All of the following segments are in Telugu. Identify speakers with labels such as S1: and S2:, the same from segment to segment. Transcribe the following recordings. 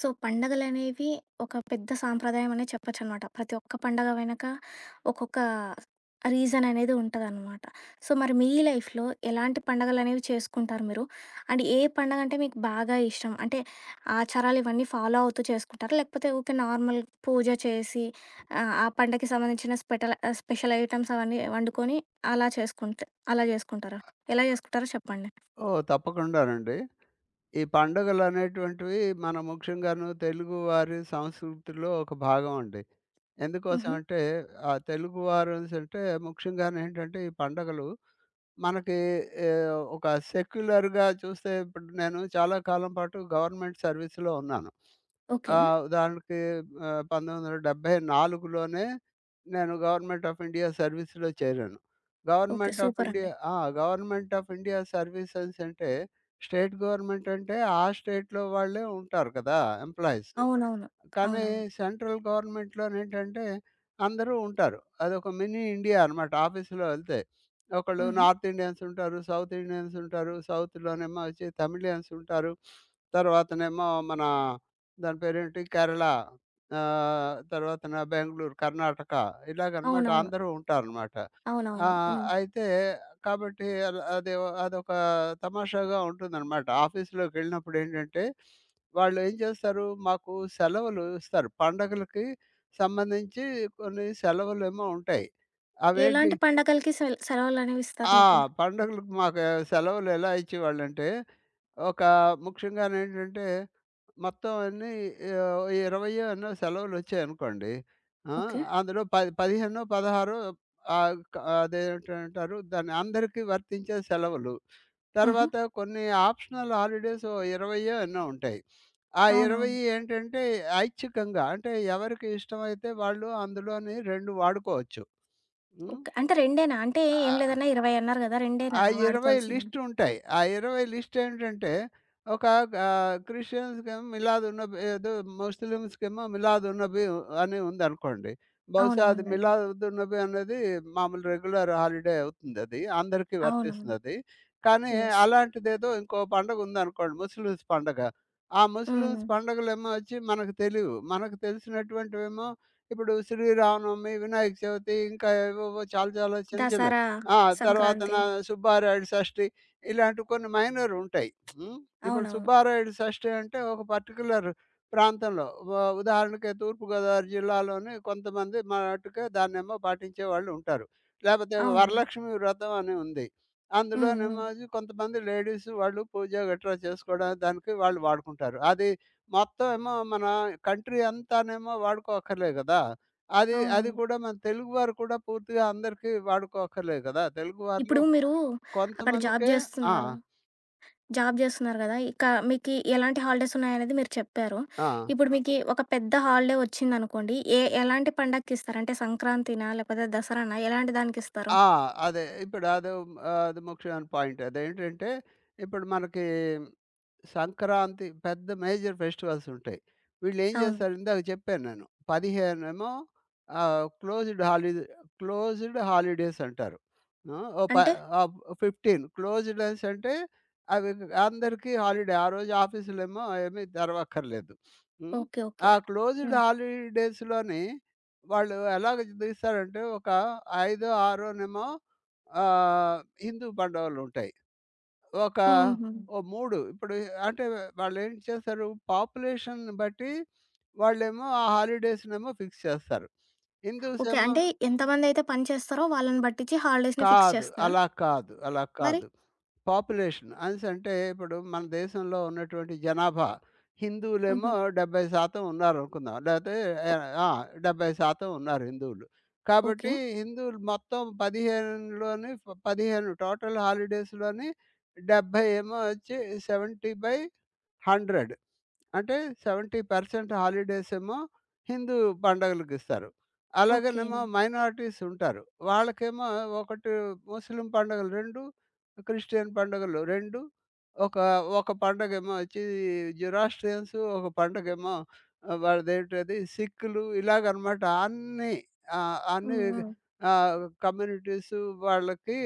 S1: సో, పండగలనేవి ఒక పెద్ద సాంప్రదాయం అనే చెప్పొచ్చనమాట. ప్రతి ఒక్క పండగ వెనక ఒక్కొక్క రీజన్ అనేది ఉంటదనమాట. సో, మరి మీ లైఫ్‌లో ఎలాంటి పండగలనేవి చేసుకుంటారు మీరు? అండ్ ఏ పండగంటే మీకు బాగా ఇష్టం? అంటే ఆచారాలు ఇవన్నీ ఫాలో అవుతూ చేసుకుంటారా? లేకపోతే ఊకే నార్మల్ పూజ చేసి ఆ పండగకి సంబంధించిన స్పెషల్ ఐటెమ్స్ అవన్నీ వండుకొని అలా చేసుకుంట్ అలా చేసుకుంటారా? ఎలా చేసుకుంటారో చెప్పండి?
S2: ఓహ్! తప్పకుండానండి. ఈ పండుగలనేటువంటివి మన ముఖ్యంగాను తెలుగువారి సంస్కృతిలో ఒక భాగం అండి.
S1: హుహు.
S2: ఎందుకోసమంటే, ఆ తెలుగువారనేసంటే ముఖ్యంగానేంటంటే ఈ పండగలు మనకి ఒక సెక్యులర్‌గా చూస్తే ఇప్పుడు నేను చాలా కాలం పాటు గవర్నమెంట్ సర్వీస్‌లో ఉన్నాను.
S1: ఓకే.
S2: ఉదాహరణకి 1974లోనే నేను గవర్నమెంట్ ఆఫ్ ఇండియా సర్వీస్‌లో చేరాను.
S1: ఓకే.
S2: గవర్నమెంట్ ఓహ్! ఆఫ్
S1: సూపరండి.
S2: ఇండియా. ఆ! గవర్నమెంట్ ఆఫ్ ఇండియా సర్వీసెస్ అంటే స్టేట్ గవర్నమెంట్ అంటే ఆ స్టేట్‌లో వాళ్ళే ఉంటారు కదా! ఎంప్లాయీస్.
S1: అవునవును.
S2: కానీ
S1: అవునవును.
S2: సెంట్రల్ గవర్నమెంట్‌లోనేంటంటే అందరూ ఉంటారు. అదొక మినీ ఇండియా అనమాట ఆఫీస్‌లో వెళ్తే. ఒకళ్ళు
S1: హుహు.
S2: నార్త్ ఇండియన్స్ ఉంటారు, సౌత్ ఇండియన్స్ ఉంటారు, సౌత్‌లోనేమో వచ్చి తమిళియన్స్ ఉంటారు. తర్వాతనేమో మన దాని పేరేంటి కేరళ, తర్వాతన బెంగుళూరు, కర్ణాటక, ఇలాగనమాట
S1: అవునవును.
S2: అందరూ ఉంటారనమాట.
S1: అవునవును. హ్మ్.
S2: అయితే కాబట్టి అల అదే అదొక తమాషాగా ఉంటుందనమాట. ఆఫీస్‌లోకెళ్ళినప్పుడేంటంటే వాళ్ళు ఏం చేస్తారు మాకు సెలవులు ఇస్తారు. పండగలకి సంబంధించి కొన్ని సెలవులేమో ఉంటాయి. అవేంటి
S1: ఎలాంటి పండగలకి సెలవులనేవి ఇస్తారు
S2: ఆ!
S1: మీకు?
S2: పండగలకు మాకు సెలవులు ఎలా ఇచ్చేవాళ్ళంటే ఒక ముఖ్యంగానేంటంటే, మొత్తం అన్నీ 20 ఎన్నో సెలవులొచ్చాయనుకోండి. ఆ!
S1: ఓకే.
S2: అందులో పది 15, 16 ఆహ్, క అదేంటంటారు దాన్ని అందరికీ వర్తించే సెలవులు.
S1: హుహు.
S2: తర్వాత కొన్ని ఆప్షనల్ హాలిడేస్ ఓ 20 ఎన్నో ఉంటాయి. ఆ 20
S1: అవునవును.
S2: ఏంటంటే ఐచ్ఛికంగా అంటే ఎవరికి ఇష్టమైతే వాళ్ళు అందులోని 2 వాడుకోవచ్చు. హ్మ్.
S1: ఓకే. అంటే 2 అంటే ఏం
S2: ఆ!
S1: లేదన్నా 20 అన్నారు గదా! 2
S2: ఆ 20
S1: వాడుకోవాల్సింది?
S2: లిస్ట్ ఉంటాయి. ఆ 20 లిస్ట్ ఏంటంటే ఒక క్రిస్టియన్స్‌కేమో మిలాదున్నబి ఏదో ముస్లిమ్స్‌కేమో మిలాదున్నబి అని ఉందనుకోండి. బహుశా అది
S1: అవునవునులెండి.
S2: మిలాదున్నబి అనేది మామూలు రెగ్యులర్ హాలిడే అవుతుందది. అందరికీ
S1: అవునవును.
S2: వర్తిస్తుందది. కానీ
S1: యెస్.
S2: అలాంటిదేదో ఇంకో పండుగ ఉందనుకోండి ముస్లిమ్స్ పండగ. ఆ ముస్లిమ్స్
S1: హ్మ్.
S2: పండుగలేమో వచ్చి మనకు తెలీవు. మనకు తెలిసినటువంటివేమో ఇప్పుడు శ్రీరామనవమి, వినాయక చవితి ఇంకా ఏవేవో చాలా చాలా చిన్న చిన్నవి.
S1: దసరా,
S2: ఆ! తర్వాత
S1: సంక్రాంతి.
S2: నా సుబ్బారాయుడు షష్ఠి ఇలాంటి కొన్ని మైనర్ ఉంటాయి. హ్మ్. ఇప్పుడు
S1: అవునవును.
S2: సుబ్బారాయుడు షష్ఠి అంటే ఒక పర్టిక్యులర్ ప్రాంతంలో ఉదాహరణకి తూర్పుగోదావరి జిల్లాలోని కొంతమంది మటుకు దాన్నేమో పాటించేవాళ్ళు ఉంటారు. లేకపోతే
S1: అవునండి.
S2: వరలక్ష్మి వ్రతం అని ఉంది.
S1: హ్మ్. హ్మ్.
S2: అందులోనేమో అది కొంతమంది లేడీస్ వాళ్ళు పూజ గట్రా చేసుకోవడానికి దానికి వాళ్ళు వాడుకుంటారు. అది మొత్తం ఏమో మన కంట్రీ అంతానేమో వాడుకోక్కర్లేదు కదా! అది అది
S1: అవునవును.
S2: కూడా మన తెలుగు వారు కూడా పూర్తిగా అందరికీ వాడుకోక్కర్లేదు కదా! తెలుగు
S1: ఇప్పుడు
S2: వారిలో
S1: మీరు అక్కడ జాబ్
S2: కొంతమందికే. ఆ!
S1: జేస్తున్నారు. జాబ్ జేస్తున్నారు గదా! ఇక మీకి ఎలాంటి హాలిడేస్ ఉన్నాయనేది మీరు చెప్పారు.
S2: ఆ!
S1: ఇప్పుడు మీకి ఒక పెద్ద హాలిడే వచ్చిందనుకోండి, ఎలాంటి పండగకిస్తారు? అంటే సంక్రాంతినా? లేకపోతే దసరానా? ఎలాంటి దానికిస్తారు?
S2: ఆ! అదే. ఇప్పుడు అదో అది ముఖ్యమైన పాయింట్. అదేంటంటే ఇప్పుడు మనకి సంక్రాంతి పెద్ద మేజర్ ఫెస్టివల్స్ ఉంటాయి. వీళ్ళేం
S1: అవును.
S2: చేస్తారు ఇందాక చెప్పాను నేను. 15 ఏమో ఆహ్, క్లోజ్డ్ హాలిడే క్లోజ్డ్ హాలిడేస్ అంటారు. ఆహ్, ఓ ప
S1: అంటే
S2: ఆహ్, 15 క్లోజ్డ్ అనేసి అంటే అవి అందరికీ హాలిడే. ఆ రోజు ఆఫీసులేమో ఏమీ తెరవక్కర్లేదు. హ్మ్.
S1: ఓకే. ఓకే.
S2: ఆ క్లోజ్డ్
S1: హ్మ్.
S2: హాలిడేస్‌లోని వాళ్ళు ఎలాగ తీస్తారంటే ఒక ఐదో, ఆరోనేమో ఆహ్, హిందూ పండుగలుంటాయి. ఒక
S1: హుహు.
S2: ఓ 3 ఇప్పుడు అంటే వాళ్ళేం చేస్తారు పాపులేషన్‌ని బట్టి వాళ్ళేమో ఆ హాలిడేస్‌నేమో ఫిక్స్ చేస్తారు. Hindus
S1: okay.
S2: ఏమో
S1: అంటే ఎంతమందైతే పని చేస్తారో వాళ్ళని బట్టిచ్చి హాలిడేస్‌ని ఫిక్స్
S2: కాదు.
S1: చేస్తారా
S2: అలా కాదు. అలా
S1: మరి?
S2: కాదు. పాపులేషన్ అనేసంటే ఇప్పుడు మన దేశంలో ఉన్నటువంటి జనాభా
S1: హుహు.
S2: హిందువులేమో 70% ఉన్నారనుకుందాం. లేతే
S1: ఓ
S2: ఆ! 70% ఉన్నారు హిందువులు. కాబట్టి
S1: ఓకే.
S2: హిందువులు మొత్తం 15లోని 15 టోటల్ హాలిడేస్‌లోని 70 ఏమో వచ్చి 70/30 100 అంటే 70% హాలిడేస్ ఏమో హిందూ పండగలకి ఇస్తారు.
S1: ఓకే.
S2: అలాగనేమో మైనారిటీస్ ఉంటారు. వాళ్ళకేమో ఒకటి ముస్లిం పండుగలు 2, క్రిస్టియన్ పండుగలు 2, ఒక ఒక పండగేమో వచ్చి జొరాస్ట్రియన్స్, ఒక పండగేమో వాళ్ళదేంటది సిక్కులు ఇలాగనమాట అన్నీ ఆహ్, అన్నీ
S1: హ్మ్. హ్మ్.
S2: కమ్యూనిటీస్ వాళ్ళకి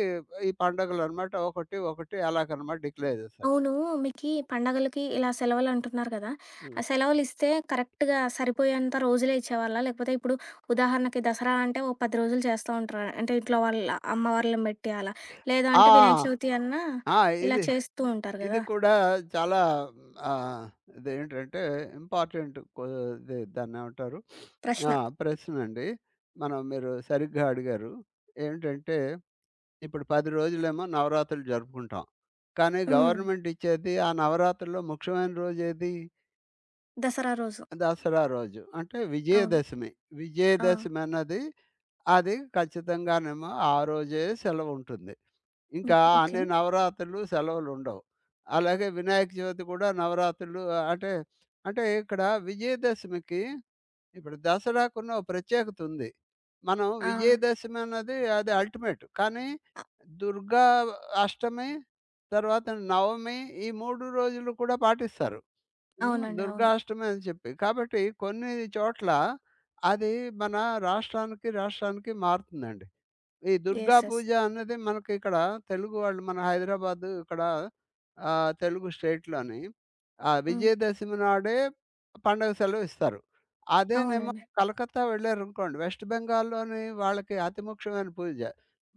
S2: ఈ పండుగలనమాట. ఒకటి, ఒకటి అలాగనమాట డిక్లేర్ చేశారు.
S1: అవును. మీకీ పండగలకి ఇలా సెలవులంటున్నారు కదా! ఆ
S2: హ్మ్.
S1: సెలవులిస్తే కరెక్ట్‌గా సరిపోయేంత రోజులే ఇచ్చేవాళ్ళా? లేకపోతే ఇప్పుడు ఉదాహరణకి దసరా అంటే ఓ 10 రోజులు చేస్తా ఉంటారు. అంటే ఇంట్లో వాళ్ళ అమ్మవార్లను బెట్టి అలా. లేదు
S2: ఆ!
S1: అంటే వినాయక చవితి అన్నా
S2: ఆ!
S1: ఇలా
S2: ఇది,
S1: చేస్తూ ఉంటారు
S2: ఇది
S1: గదా!
S2: కూడా చాలా ఆహ్, ఇదేంటంటే ఇంపార్టెంట్ కొ ఇది దాన్నేమంటారు? ఆ!
S1: ప్రశ్న.
S2: ప్రశ్నండి. మనం మీరు సరిగ్గా అడిగారు. ఏంటంటే ఇప్పుడు 10 రోజులేమో నవరాత్రులు జరుపుకుంటాం. కానీ
S1: హ్మ్.
S2: గవర్నమెంట్ ఇచ్చేది ఆ నవరాత్రుల్లో ముఖ్యమైన రోజేది?
S1: దసరా రోజు.
S2: దసరా రోజు. అంటే
S1: అవును.
S2: విజయదశమి.
S1: ఆ!
S2: విజయదశమి అన్నది అది ఖచ్చితంగానేమో ఆ రోజే సెలవుంటుంది.
S1: హ్మ్.
S2: ఇంకా
S1: ఓకే.
S2: అన్ని నవరాత్రులు సెలవులుండవు. అలాగే వినాయక చవితి కూడా నవరాత్రులు అంటే, ఇక్కడ విజయదశమికి ఇప్పుడు దసరాకున్న ఓ ప్రత్యేకతుంది. మనం
S1: ఆ!
S2: విజయదశమి అన్నది అది అల్టిమేట్. కానీ
S1: అ
S2: దుర్గా అష్టమి, తర్వాత నవమి ఈ 3 రోజులు కూడా పాటిస్తారు. హ్మ్.
S1: అవునండి. అవును.
S2: దుర్గాష్టమి అని చెప్పి. కాబట్టి కొన్ని చోట్ల అది మన రాష్ట్రానికి, రాష్ట్రానికి మారుతుందండి. ఈ దుర్గా
S1: యెస్. యెస్.
S2: పూజ అన్నది మనకి ఇక్కడ తెలుగు వాళ్ళు మన హైదరాబాదు ఇక్కడ తెలుగు స్టేట్‌లోని ఆ
S1: హ్మ్.
S2: విజయదశమి నాడే పండగ సెలవు ఇస్తారు. అదేనేమో
S1: అవునండి.
S2: కలకత్తా వెళ్లారనుకోండి వెస్ట్ బెంగాల్‌లోని వాళ్ళకి అతి ముఖ్యమైన పూజ.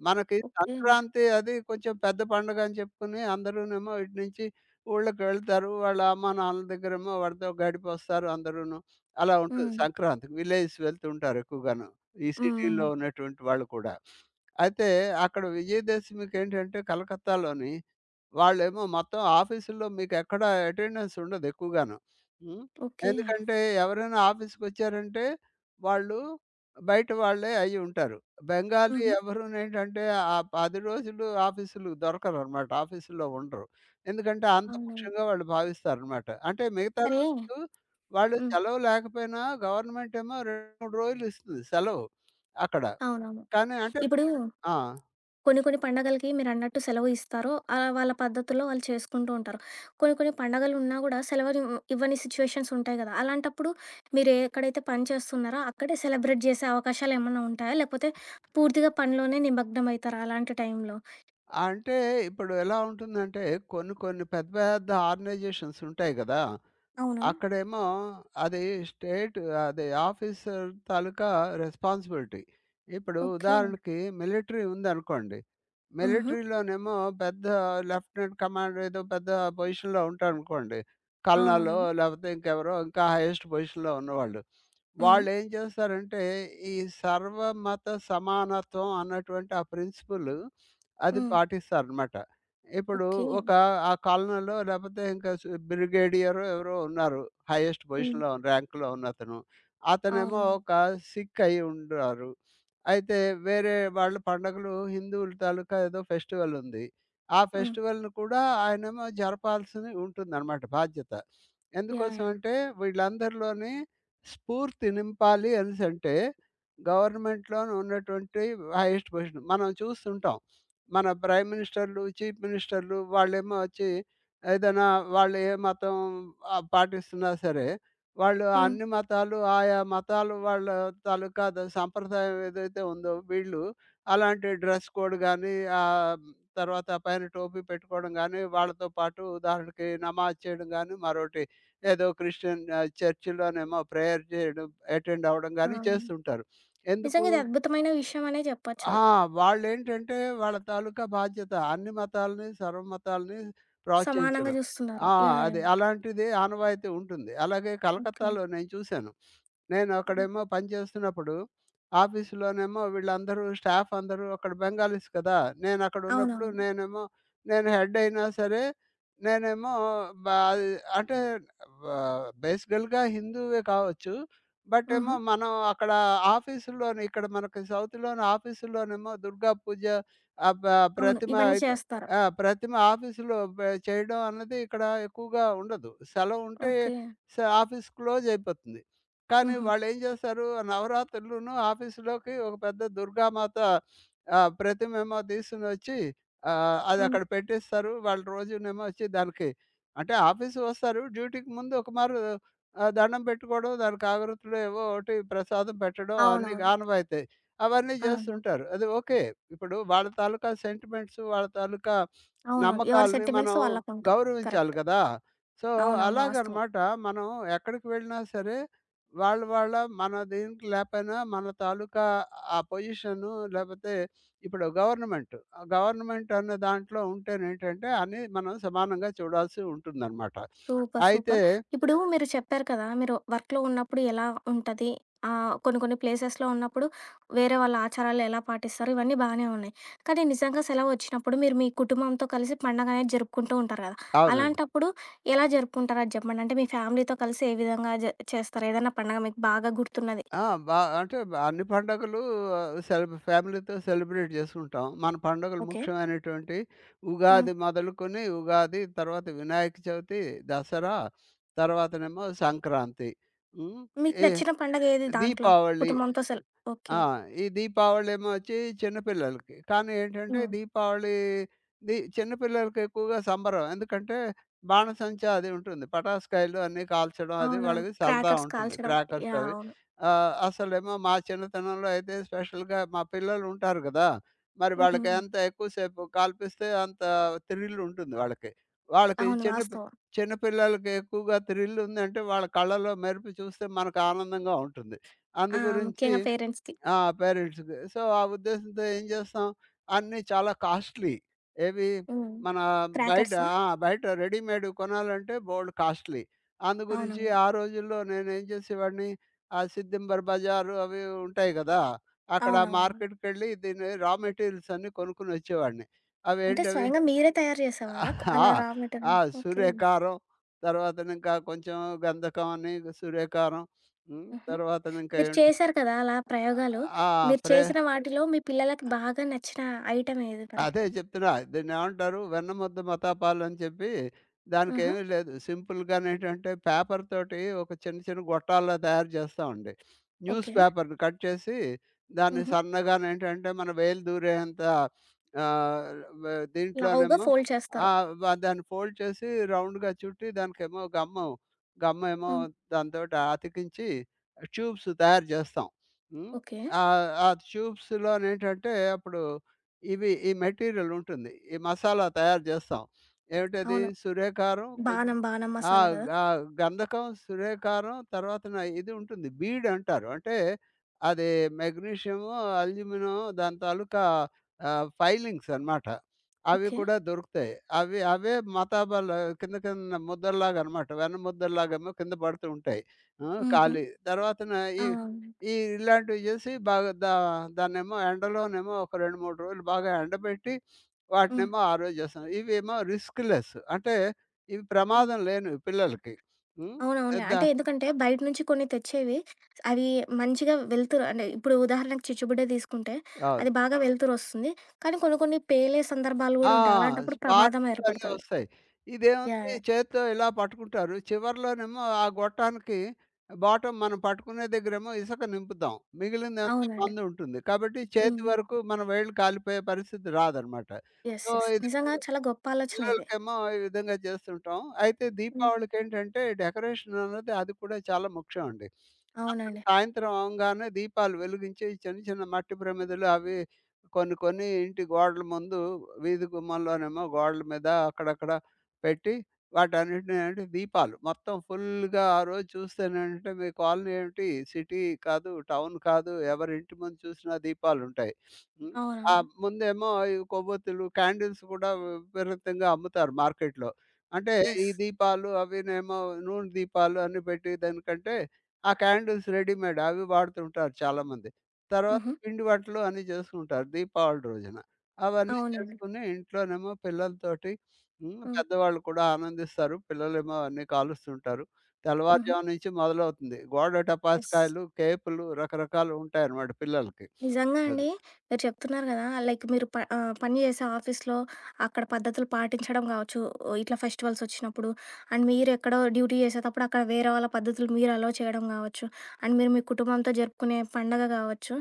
S2: మనకి
S1: ఓకే. హ్మ్.
S2: సంక్రాంతి అది కొంచెం పెద్ద పండుగ అని చెప్పుకుని అందరూనేమో ఇటు నుంచి ఊళ్ళకి వెళ్తారు. వాళ్ళ అమ్మ నాన్నల దగ్గరేమో వాడితో గడిపొస్తారు అందరూను. అలా ఉంటుంది
S1: హ్మ్.
S2: సంక్రాంతికి విలేజెస్ వెళ్తూ ఉంటారు ఎక్కువగాను. ఈ
S1: హ్మ్.
S2: సిటీలో హ్మ్ ఉన్నటువంటి వాళ్ళు కూడా. అయితే అక్కడ విజయదశమికేంటంటే కలకత్తాలోని వాళ్ళేమో మొత్తం ఆఫీసుల్లో మీకెక్కడ అటెండెన్స్ ఉండదు ఎక్కువగాను. హ్మ్. హ్మ్.
S1: ఓకే.
S2: ఎందుకంటే ఎవరైనా ఆఫీస్‌కొచ్చారంటే వాళ్ళు బయట వాళ్ళే అయ్యి ఉంటారు. బెంగాలీ
S1: హుహు.
S2: ఎవరూనేంటంటే ఆ 10 రోజులు ఆఫీసులు దొరకరనమాట. ఆఫీసుల్లో ఉండరు. ఎందుకంటే అంత
S1: అవునవును.
S2: ముఖ్యంగా వాళ్ళు భావిస్తారనమాట. అంటే మిగతా
S1: సరే
S2: రోజులు వాళ్ళు
S1: హ్మ్.
S2: సెలవు లేకపోయినా గవర్నమెంటేమో 2, 3 రోజులు ఇస్తుంది సెలవు అక్కడ.
S1: అవునవును.
S2: కానీ అంటే
S1: ఇప్పుడు
S2: ఆ!
S1: కొన్ని కొన్ని పండగలకి మీరన్నట్టు సెలవు ఇస్తారు. వాళ్ళ పద్ధతుల్లో వాళ్ళు చేసుకుంటూ ఉంటారు. కొన్ని కొన్ని పండగలు ఉన్నా గూడా సెలవులు ఇవ్వని సిచ్యుయేషన్స్ ఉంటాయి గదా! అలాంటప్పుడు మీరు ఎక్కడైతే పని చేస్తున్నారో అక్కడే సెలబ్రేట్ జేసే అవకాశాలేమన్నా ఉంటాయా? లేకపోతే పూర్తిగా పనిలోనే నిమగ్నమయితారా అలాంటి టైంలో?
S2: అంటే ఇప్పుడు ఎలా ఉంటుందంటే కొన్ని కొన్ని పెద్ద పెద్ద ఆర్గనైజేషన్స్ ఉంటాయి కదా!
S1: అవును.
S2: అక్కడేమో అది స్టేట్ అది ఆఫీసర్ తాలూకా రెస్పాన్సిబిలిటీ. ఇప్పుడు
S1: ఓకే.
S2: ఉదాహరణకి మిలిటరీ ఉందనుకోండి.
S1: హుహు.
S2: మిలిటరీలోనేమో పెద్ద లెఫ్టినెంట్ కమాండర్ ఏదో పెద్ద పొజిషన్‌లో ఉంటారనుకోండి. కల్నలో
S1: అవునవును.
S2: లేకపోతే ఇంకెవరో ఇంకా హైయెస్ట్ పొజిషన్‌లో ఉన్నవాళ్ళు.
S1: హ్మ్.
S2: వాళ్ళేం చేస్తారంటే ఈ సర్వమత సమానత్వం అన్నటువంటి ఆ ప్రిన్సిపల్ అది
S1: హ్మ్.
S2: పాటిస్తారనమాట. ఇప్పుడు
S1: ఓకే.
S2: ఒక ఆ కాలనీలో లేకపోతే ఇంకా బ్రిగేడియరో ఎవరో ఉన్నారు. హైయెస్ట్
S1: హ్మ్.
S2: పొజిషన్‌లో ర్యాంక్‌లో ఉన్నతను. అతనేమో
S1: అవునవును.
S2: ఒక సిక్ అయ్యి ఉన్నారు. అయితే వేరే వాళ్ళ పండగలు హిందువుల తాలూకా ఏదో ఫెస్టివల్ ఉంది. ఆ
S1: హ్మ్.
S2: ఫెస్టివల్‌ని కూడా ఆయనేమో జరపాల్సి ఉంటుందన్నమాట బాధ్యత.
S1: యాహ్!
S2: ఎందుకోసం
S1: యాహ్!
S2: అంటే వీళ్ళందరిలోని స్ఫూర్తి నింపాలి అనేసంటే గవర్నమెంట్‌లోని ఉన్నటువంటి హైయెస్ట్ పొజిషన్ మనం చూస్తుంటాం. మన ప్రైమ్ మినిస్టర్‌లు, చీఫ్ మినిస్టర్‌లు వాళ్ళేమో వచ్చి ఏదైనా వాళ్ళు ఏ మతం పాటిస్తున్నా సరే, వాళ్ళు
S1: హ్మ్.
S2: అన్ని మతాలు ఆయా మతాలు వాళ్ళ తాలూకా సంప్రదాయం ఏదైతే ఉందో వీళ్ళు అలాంటి డ్రెస్ కోడ్ గానీ, ఆహ్, తర్వాత పైన టోపీ పెట్టుకోవడం గానీ, వాళ్ళతో పాటు ఉదాహరణకి నమాజ్ చేయడం గానీ, మరోటి ఏదో క్రిస్టియన్ చర్చిలోనేమో ప్రేయర్ చేయడం, అటెండ్ అవ్వడం
S1: ఆ!
S2: గానీ చేస్తుంటారు. ఎందుకు?
S1: నిజంగా ఇది అద్భుతమైన విషయం అనే జెప్పొచ్చు.
S2: ఆ! వాళ్ళేంటంటే వాళ్ళ తాలూకా బాధ్యత. అన్ని మతాలని, సర్వమతాలని
S1: సమానంగా
S2: ప్రోత్సహించడం.
S1: జూస్తున్నారు.
S2: ఆ!
S1: యాహ్!
S2: అది
S1: యాహ్!
S2: అలాంటిది ఆనవాయితీ ఉంటుంది. అలాగే
S1: ఓకే.
S2: కలకత్తాలో నేను చూశాను. నేను
S1: హ్మ్.
S2: అక్కడేమో పని చేస్తున్నప్పుడు ఆఫీస్‌లోనేమో వీళ్ళందరూ స్టాఫ్ అందరూ అక్కడ బెంగాలీస్ కదా! నేను అక్కడున్నప్పుడు
S1: అవునవును.
S2: నేనేమో నేను హెడ్ అయినా సరే, నేనేమో బ అంటే బేసికల్‌గా హిందువే కావచ్చు. బట్ ఏమో
S1: హుహు.
S2: మనం అక్కడ ఆఫీసుల్లోని ఇక్కడ మనకి సౌత్‌లోని ఆఫీసుల్లోనేమో దుర్గా పూజ ఆహ్, ప
S1: అవును.
S2: ప్రతిమ
S1: ఇవన్నీ
S2: ఇక
S1: చేస్తారు.
S2: ఆ! ప్రతిమ ఆఫీసులో పే చేయడం అన్నది ఇక్కడ ఎక్కువగా ఉండదు. సెలవు ఉంటే
S1: ఓకే.
S2: ఆఫీస్ క్లోజ్ అయిపోతుంది. కానీ
S1: హుహు.
S2: వాళ్ళేం చేస్తారు నవరాత్రులును ఆఫీసులోకి ఒక పెద్ద దుర్గామాత ప్రతిమేమో తీసుకొనొచ్చి అది
S1: హ్మ్.
S2: అక్కడ పెట్టేస్తారు. వాళ్ళు రోజునేమో వచ్చి దానికి అంటే ఆఫీస్‌కి వస్తారు. డ్యూటీకి ముందు ఒక మారు ఆ! దండం పెట్టుకోవడం, దానికి ఆగరుతులు ఏవో ఒకటి ప్రసాదం పెట్టడం అన్నీ
S1: అవునవును.
S2: ఆనవాయితీ. అవన్నీ
S1: ఆహా!
S2: జేస్తుంటారు. అది ఓకే. ఇప్పుడు వాళ్ళ తాలూకా సెంటిమెంట్స్, వాళ్ళ తాలూకా
S1: అవునవును. ఎవరి
S2: నమ్మకాలని
S1: సెంటిమెంట్స్
S2: మనం
S1: వాళ్ళకుంటాయి.
S2: గౌరవించాలి
S1: కరెక్ట్.
S2: గదా! సో,
S1: అవునవును. వాస్తవం.
S2: అలాగనమాట మనం ఎక్కడికి వెళ్ళినా సరే, వాళ్ళ వాళ్ళ మన దీనికి లేపోయినా మన తాలూకా ఆ పొజిషను లేపోతే ఇప్పుడు గవర్నమెంట్. ఆ గవర్నమెంట్ అన్న దాంట్లో ఉంటేనేంటంటే, అన్నీ మనం సమానంగా చూడాల్సి ఉంటుందనమాట.
S1: సూపర్.
S2: అయితే
S1: సూపర్. ఇప్పుడు మీరు చెప్పారు కదా! మీరు వర్క్‌లో ఉన్నప్పుడు ఎలా ఉంటది? కొన్ని కొన్ని ప్లేసెస్‌లో ఉన్నప్పుడు వేరే వాళ్ళ ఆచారాలు ఎలా పాటిస్తారు? ఇవన్నీ బానే ఉన్నాయి. కానీ నిజంగా సెలవొచ్చినప్పుడు మీరు మీ కుటుంబంతో కలిసి పండగనేది జరుపుకుంటూ ఉంటారు కదా!
S2: అవునండి.
S1: అలాంటప్పుడు ఎలా జరుపుకుంటారో అది చెప్పండి? అంటే మీ ఫ్యామిలీతో కలిసి ఏ విధంగా చేస్తారు? ఏదైనా పండగ మీకు బాగా గుర్తున్నది?
S2: ఆ! అంటే అన్ని పండగలు ఫ్యామిలీతో సెలబ్రేట్ చేసుకుంటాం. మన పండుగలు
S1: ఓకే.
S2: ముఖ్యమైనటువంటి
S1: హ్మ్.
S2: ఉగాది మొదలుకొని ఉగాది, తర్వాత వినాయక చవితి, దసరా, తర్వాతనేమో సంక్రాంతి. హ్మ్.
S1: మీకు
S2: ఏ
S1: నచ్చిన పండగ ఏది దాంట్లో?
S2: దీపావళి.
S1: కుటుంబంతో సెల్
S2: ఆ!
S1: ఓకే.
S2: ఈ దీపావళేమో వచ్చి చిన్న పిల్లలకి. కానీ ఏంటంటే
S1: హ్మ్.
S2: దీపావళి చిన్న పిల్లలకి ఎక్కువగా సంబరం. ఎందుకంటే బాణసంచా అది ఉంటుంది. పటాస్కాయలు అన్నీ కాల్చడం అది
S1: అవునవును.
S2: వాళ్ళకి సరదా
S1: క్రాకర్స్
S2: ఉంటుంది.
S1: కాల్చడం.
S2: Crackers
S1: yeah!
S2: అవి.
S1: అవును.
S2: అసలేమో మా చిన్నతనంలో అయితే స్పెషల్‌గా మా పిల్లలు ఉంటారు గదా! మరి వాళ్ళకి
S1: హ్మ్.
S2: ఎంత ఎక్కువ సేపు కాల్పిస్తే అంత థ్రిల్ ఉంటుంది వాళ్ళకి. వాళ్ళకి
S1: అవును. వాస్తవం.
S2: చిన్న పిల్లలకి ఎక్కువగా థ్రిల్ ఉందంటే వాళ్ళ కళ్ళలో మెరుపు చూస్తే మనకు ఆనందంగా ఉంటుంది.
S1: ఆ!
S2: అందు గురించి
S1: ముఖ్యంగా పేరెంట్స్‌కి.
S2: ఆ! పేరెంట్స్‌కి. సో, ఆ ఉద్దేశంతో ఏం చేస్తాం, అన్నీ చాలా కాస్ట్‌లీ. ఏవి
S1: హ్మ్.
S2: మన బయట
S1: క్రాకర్సా?
S2: ఆ! బయట రెడీమేడ్ కొనాలంటే బోలెడు కాస్ట్‌లీ. అందు గురించి
S1: అవునవును.
S2: ఆ రోజుల్లో నేనేం చేసేవాడిని, ఆ సిద్దింబర్ బజారు అవి ఉంటాయి కదా! అక్కడ
S1: అవునవును.
S2: మార్కెట్‌కెళ్ళి దీని రా మెటీరియల్స్ అన్నీ కొనుక్కొని వచ్చేవాడిని.
S1: అంటే
S2: అవేంటవి
S1: స్వయంగా మీరే తయారు చేసేవారా? కు- అలా
S2: ఆ!
S1: రా
S2: ఆ!
S1: Material okay.
S2: సూర్యకారం, తర్వాతనింకా కొంచెం గంధకం అని సూర్యకారం, హ్మ్.
S1: హుహు.
S2: తర్వాతనింకా
S1: మీరు
S2: ఏంటి
S1: చేశారు కదా! అలా ప్రయోగాలు.
S2: ఆ!
S1: మీరు
S2: ప్రే
S1: చేసిన వాటిలో మీ పిల్లలకి బాగా నచ్చిన ఐటెమ్ ఏది మరి?
S2: అదే చెప్తున్నా. దీన్నేమంటారు? వెన్నముద్ద మతాపాలని చెప్పి
S1: ఆహా!
S2: దానికేమీ లేదు. సింపుల్‌గానేంటంటే పేపర్ తోటి ఒక చిన్న చిన్న గొట్టాల్లా తయారు చేస్తామండి. News
S1: okay.
S2: పేపర్‌ని కట్ చేసి దాన్ని
S1: హుహు.
S2: సన్నగానేంటంటే మన వేలు దూరేంత ఆహ్, వ
S1: లావుగా
S2: దీంట్లోనేమో
S1: ఫోల్డ్
S2: ఆ!
S1: చేస్తారు.
S2: దాన్ని ఫోల్డ్ చేసి రౌండ్‌గా చుట్టి దానికేమో గమ్ము, గమ్మేమో
S1: హ్మ్.
S2: దానితోటి అతికించి ట్యూబ్స్ తయారు చేస్తాం. హ్మ్.
S1: ఓకే.
S2: ఆ ట్యూబ్స్‌లోనేంటంటే అప్పుడు ఇవి ఈ మెటీరియల్ ఉంటుంది. ఈ మసాలా తయారు జేస్తాం. ఏమిటది?
S1: అవును.
S2: సూర్యకారం కొం
S1: బానం, బానం
S2: ఆ!
S1: మసాలా గదా!
S2: ఆ! గంధకం, సూర్యకారం తర్వాతన ఇది ఉంటుంది. బీడ్ అంటారు. అంటే అది మెగ్నీషియము, అల్యూమినియం దాని తాలూకా ఫైలింగ్స్ అనమాట. అవి
S1: ఓకే.
S2: కూడా దొరుకుతాయి. అవి అవే మతాబాలు కింద కింద ముద్దల్లాగా అనమాట. వెన్న ముద్దల్లాగేమో కింద పడుతూ ఉంటాయి. ఆ!
S1: హుహు.
S2: ఖాళీ. తర్వాతన ఈ
S1: అవునవునులే.
S2: ఈ ఇలాంటివి చేసి బాగా దా దాన్నేమో ఎండలోనేమో ఒక 2, 3 రోజులు బాగా ఎండబెట్టి
S1: హ్మ్.
S2: వాటినేమో ఆరోజు చేస్తాం. ఇవేమో రిస్క్‌లెస్ అంటే ఇవి
S1: హ్మ్.
S2: ప్రమాదం లేనివి పిల్లలకి. హ్మ్.
S1: అవునవునులే.
S2: ద
S1: అంటే ఎందుకంటే బయట నుంచి కొన్ని తెచ్చేవి అవి మంచిగా వెలుతురు అంటే ఇప్పుడు ఉదాహరణకు చిచ్చుబుడ్డ తీసుకుంటే
S2: అవును.
S1: అది బాగా వెలుతురొస్తుంది. కానీ కొన్ని కొన్ని పేలే సందర్భాలు గూడా
S2: ఆ!
S1: ఉంటాయి. అలాంటప్పుడు ప్రమాదం
S2: స్పార్క్స్ అన్నీ
S1: ఏర్పడతది.
S2: వస్తాయి.
S1: యాహ్!
S2: ఇదేముంది
S1: యాహ్!
S2: చేత్తో ఇలా పట్టుకుంటారు. చివర్లోనేమో ఆ గొట్టానికి బాటమ్ మనం పట్టుకునే దగ్గరేమో ఇసక నింపుతాం. మిగిలిందంతా
S1: అవునండి.
S2: మందు ఉంటుంది. కాబట్టి చేతి
S1: హ్మ్.
S2: వరకు మన వేళ్ళు కాలిపోయే పరిస్థితి రాదనమాట.
S1: యెస్.
S2: So,
S1: yes.
S2: ఇది
S1: నిజంగా చాలా గొప్ప ఆలోచన ఇది.
S2: పిల్లలకేమో ఈ విధంగా చేస్తుంటాం. అయితే
S1: హ్మ్.
S2: దీపావళికేంటంటే డెకరేషన్ అన్నది అది కూడా చాలా ముఖ్యం అండి. అందరూ
S1: అవునండి.
S2: సాయంత్రం అవంగానే దీపాలు వెలిగించి చిన్న చిన్న మట్టి ప్రమిదలు అవి కొన్ని కొన్ని ఇంటి గోడల ముందు వీధి గుమ్మంలోనేమో గోడల మీద అక్కడక్కడ పెట్టి వాటన్నిటిని ఏంటంటే దీపాలు మొత్తం ఫుల్‌గా ఆ రోజు చూస్తేనేంటంటే మీ కాలనీ ఏమిటి సిటీ కాదు, టౌన్ కాదు ఎవరింటి ముందు చూసినా దీపాలుంటాయి. హ్మ్. ఆ!
S1: అవునవును.
S2: ముందేమో ఈ కొవ్వొత్తులు, క్యాండిల్స్ కూడా విపరీతంగా అమ్ముతారు మార్కెట్‌లో. అంటే ఈ
S1: యెస్.
S2: దీపాలు అవినేమో నూనె దీపాలు అన్ని పెట్టేదానికంటే, ఆ క్యాండిల్స్ రెడీమేడ్ అవి వాడుతుంటారు చాలామంది. తర్వాత
S1: హుహు.
S2: పిండి వంటలు అన్నీ చేసుకుంటారు దీపావళి రోజున. అవన్నీ
S1: అవునండి.
S2: చేసుకొని ఇంట్లోనేమో పిల్లలతోటి హ్మ్.
S1: హ్మ్.
S2: పెద్దవాళ్ళు కూడా ఆనందిస్తారు. పిల్లలేమో అన్నీ కాలుస్తుంటారు.
S1: హుహు.
S2: తెల్లవారుజాము నుంచి మొదలవుతుంది. గోడ
S1: యెస్.
S2: టపాస్కాయలు, కేకులు రకరకాలు ఉంటాయన్నమాట పిల్లలకి.
S1: నిజంగా అండి.
S2: అది.
S1: మీరు చెప్తున్నారు గదా! లైక్ మీరు పని చేసే ఆఫీస్‌లో అక్కడ పద్ధతులు పాటించడం గావచ్చు, ఇట్లా ఫెస్టివల్సొచ్చినప్పుడు అండ్ మీరెక్కడో డ్యూటీ చేసేటప్పుడు అక్కడ వేరే వాళ్ళ పద్ధతులు మీరు అలో చేయడం గావచ్చు, అండ్ మీరు మీ కుటుంబంతో జరుపుకునే పండగ గావచ్చు,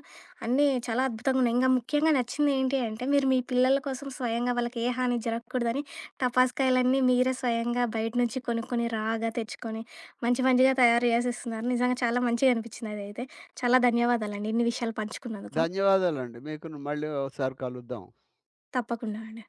S1: అన్నీ చాలా అద్భుతంగున్నాయి. ఇంగా ముఖ్యంగా నచ్చింది ఏంటి అంటే, మీరు మీ పిల్లల కోసం స్వయంగా వాళ్ళకి ఏ హాని జరగకూడదని టపాస్కాయలన్నీ మీరే స్వయంగా బయట నుంచి కొనుక్కొని, రాగా తెచ్చుకొని మంచి మంచిగా తయారు చేసేస్తున్నారు. నిజంగా చాలా మంచిగా అనిపిచ్చిందదైతే. చాలా ధన్యవాదాలండి ఇన్ని విషయాలు పంచుకున్నందుకు.
S2: ధన్యవాదాలండి. మీకును మళ్ళీ ఒకసారి కలుద్దాం.
S1: తప్పకుండా అండి.